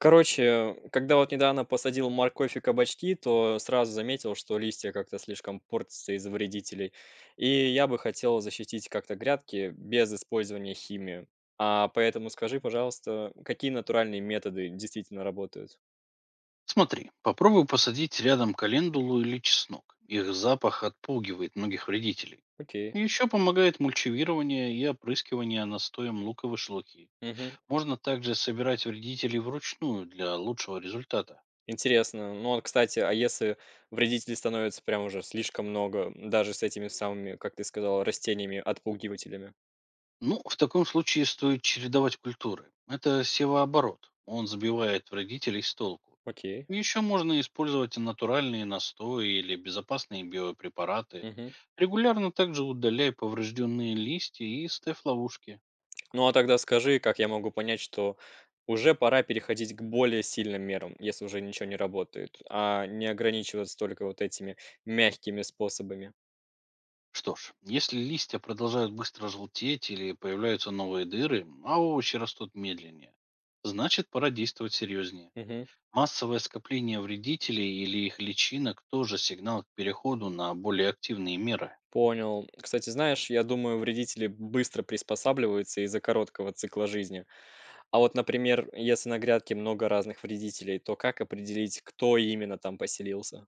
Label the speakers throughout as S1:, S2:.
S1: Короче, когда вот недавно посадил морковь и кабачки, то сразу заметил, что листья как-то слишком портятся из-за вредителей. И я бы хотел защитить как-то грядки без использования химии. А поэтому скажи, пожалуйста, какие натуральные методы действительно работают?
S2: Смотри, попробуй посадить рядом календулу или чеснок. Их запах отпугивает многих вредителей.
S1: Окей.
S2: Еще помогает мульчевирование и опрыскивание настоем луковой шелухи.
S1: Мгм.
S2: Можно также собирать вредителей вручную для лучшего результата.
S1: Интересно. Ну вот, кстати, а если вредителей становится прям уже слишком много, даже с этими самыми, как ты сказал, растениями-отпугивателями?
S2: Ну, в таком случае стоит чередовать культуры. Это севооборот. Он сбивает вредителей с толку.
S1: Окей.
S2: Еще можно использовать натуральные настои или безопасные биопрепараты.
S1: Мгм.
S2: Регулярно также удаляй поврежденные листья и ставь ловушки.
S1: Ну, а тогда скажи, как я могу понять, что уже пора переходить к более сильным мерам, если уже ничего не работает, а не ограничиваться только вот этими мягкими способами?
S2: Что ж, если листья продолжают быстро желтеть или появляются новые дыры, а овощи растут медленнее, значит пора действовать серьезнее.
S1: Мгм.
S2: Массовое скопление вредителей или их личинок тоже сигнал к переходу на более активные меры.
S1: Понял. Кстати, знаешь, я думаю, вредители быстро приспосабливаются из-за короткого цикла жизни. А вот, например, если на грядке много разных вредителей, то как определить, кто именно там поселился?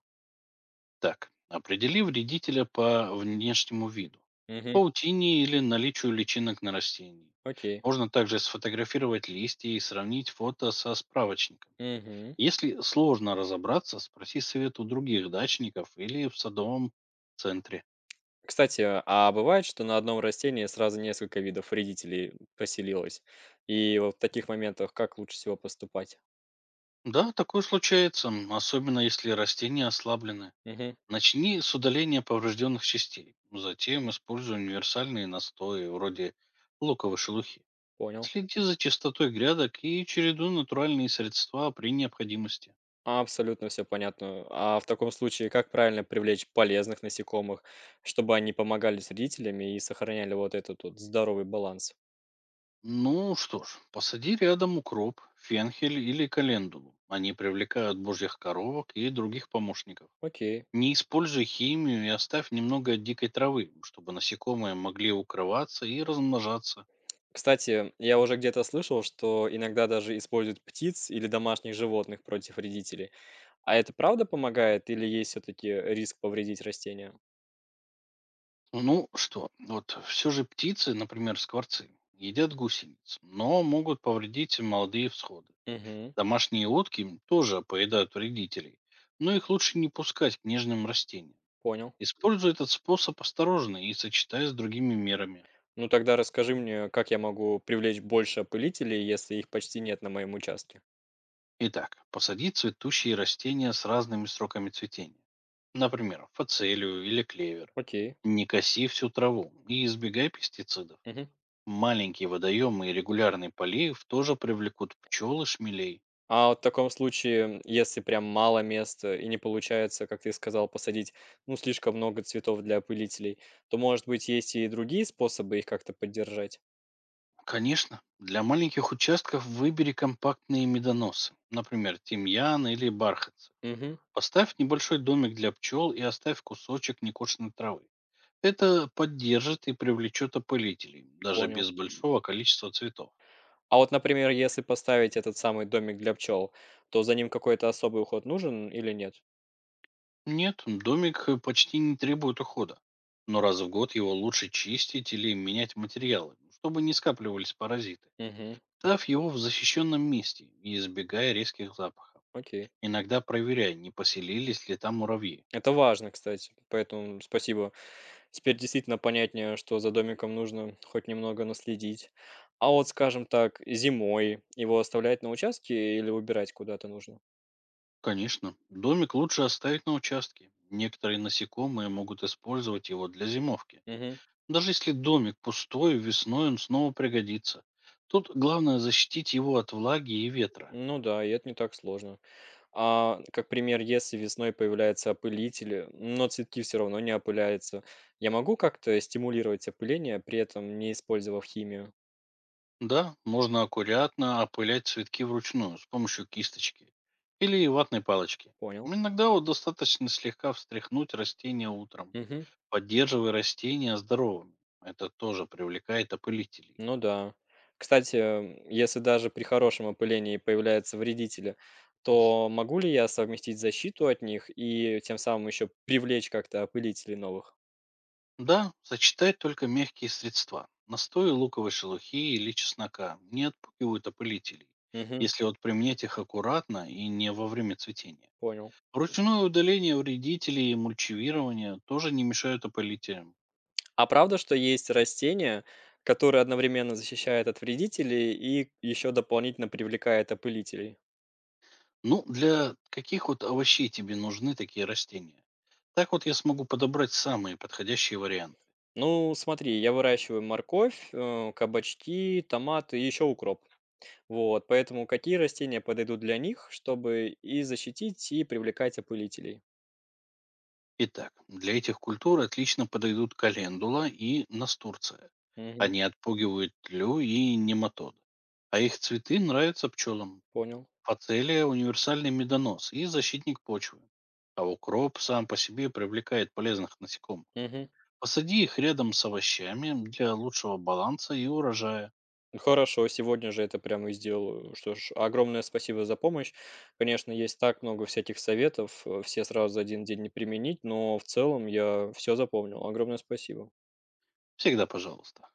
S2: Так, определи вредителя по внешнему виду,
S1: Угу.
S2: паутине или наличию личинок на растении.
S1: Окей.
S2: Можно также сфотографировать листья и сравнить фото со справочником.
S1: Мгм.
S2: Если сложно разобраться, спроси совет у других дачников или в садовом центре.
S1: Кстати, а бывает, что на одном растении сразу несколько видов вредителей поселилось? И вот в таких моментах как лучше всего поступать?
S2: Да, такое случается, особенно если растения ослаблены.
S1: Угу,
S2: Начни с удаления поврежденных частей. Затем используй универсальные настои, вроде луковой шелухи.
S1: понял.
S2: Следи за чистотой грядок и чередуй натуральные средства при необходимости.
S1: Абсолютно все понятно. А в таком случае как правильно привлечь полезных насекомых, чтобы они помогали с вредителями и сохраняли вот этот вот здоровый баланс?
S2: Ну что ж, посади рядом укроп, фенхель или календулу. Они привлекают божьих коровок и других помощников.
S1: Окей.
S2: Не используй химию и оставь немного дикой травы, чтобы насекомые могли укрываться и размножаться.
S1: Кстати, я уже где-то слышал, что иногда даже используют птиц или домашних животных против вредителей. А это правда помогает или есть все-таки риск повредить растения?
S2: Ну что, вот все же птицы, например, скворцы, едят гусениц, но могут повредить молодые всходы.
S1: Угу.
S2: Домашние утки тоже поедают вредителей, но их лучше не пускать к нежным растениям.
S1: Понял.
S2: Используй этот способ осторожно и сочетай с другими мерами.
S1: Ну тогда расскажи мне, как я могу привлечь больше опылителей, если их почти нет на моем участке?
S2: Итак, посади цветущие растения с разными сроками цветения. Например, фацелию или клевер.
S1: Окей.
S2: Не коси всю траву и избегай пестицидов.
S1: Мгм.
S2: Маленькие водоемы и регулярный полив тоже привлекут пчел и шмелей.
S1: А вот в таком случае, если прям мало места и не получается, как ты сказал, посадить, ну, слишком много цветов для опылителей, то, может быть, есть и другие способы их как-то поддержать?
S2: Конечно, для маленьких участков выбери компактные медоносы, например, тимьян или бархатцы.
S1: Угу,
S2: Поставь небольшой домик для пчел и оставь кусочек некошенной травы. Это поддержит и привлечет опылителей, даже
S1: понял.
S2: без большого количества цветов.
S1: А вот, например, если поставить этот самый домик для пчел, то за ним какой-то особый уход нужен или нет?
S2: Нет, домик почти не требует ухода. Но раз в год его лучше чистить или менять материалы, ну, чтобы не скапливались паразиты.
S1: Угу,
S2: Став его в защищенном месте и избегая резких запахов.
S1: окей.
S2: Иногда проверяя, не поселились ли там муравьи.
S1: Это важно, кстати, поэтому спасибо. Теперь действительно понятнее, что за домиком нужно хоть немного наследить. А вот, скажем так, зимой его оставлять на участке или убирать куда-то нужно?
S2: Конечно, домик лучше оставить на участке. Некоторые насекомые могут использовать его для зимовки.
S1: Мгм.
S2: Даже если домик пустой, весной он снова пригодится. Тут главное защитить его от влаги и ветра.
S1: Ну да, и это не так сложно. А как пример, если весной появляются опылители, но цветки все равно не опыляются, я могу как-то стимулировать опыление, при этом не использовав химию?
S2: Да, можно аккуратно опылять цветки вручную с помощью кисточки или ватной палочки.
S1: Понял.
S2: Иногда вот достаточно слегка встряхнуть растения утром,
S1: Мгм.
S2: поддерживая растения здоровыми. Это тоже привлекает опылителей.
S1: Ну да. Кстати, если даже при хорошем опылении появляются вредители, то могу ли я совместить защиту от них и тем самым еще привлечь как-то опылителей новых?
S2: Да, сочетать только мягкие средства. Настои луковой шелухи или чеснока не отпугивают опылителей,
S1: Мгм,
S2: если вот применять их аккуратно и не во время цветения.
S1: понял.
S2: Ручное удаление вредителей и мульчевирование тоже не мешают опылителям.
S1: А правда, что есть растения, которые одновременно защищают от вредителей и еще дополнительно привлекают опылителей?
S2: Ну, для каких вот овощей тебе нужны такие растения? Так вот я смогу подобрать самые подходящие варианты.
S1: Ну, смотри, я выращиваю морковь, кабачки, томаты и еще укроп. Вот, поэтому какие растения подойдут для них, чтобы и защитить, и привлекать опылителей?
S2: Итак, для этих культур отлично подойдут календула и настурция.
S1: Мгм.
S2: Они отпугивают тлю и нематоды. А их цветы нравятся пчелам.
S1: Понял.
S2: Фацелия– универсальный медонос и защитник почвы. А укроп сам по себе привлекает полезных насекомых.
S1: Мгм.
S2: Посади их рядом с овощами для лучшего баланса и урожая.
S1: Ну, хорошо, сегодня же это прямо и сделаю. Что ж, огромное спасибо за помощь. Конечно, есть так много всяких советов, все сразу за один день не применить, но в целом я все запомнил. Огромное спасибо.
S2: Всегда пожалуйста.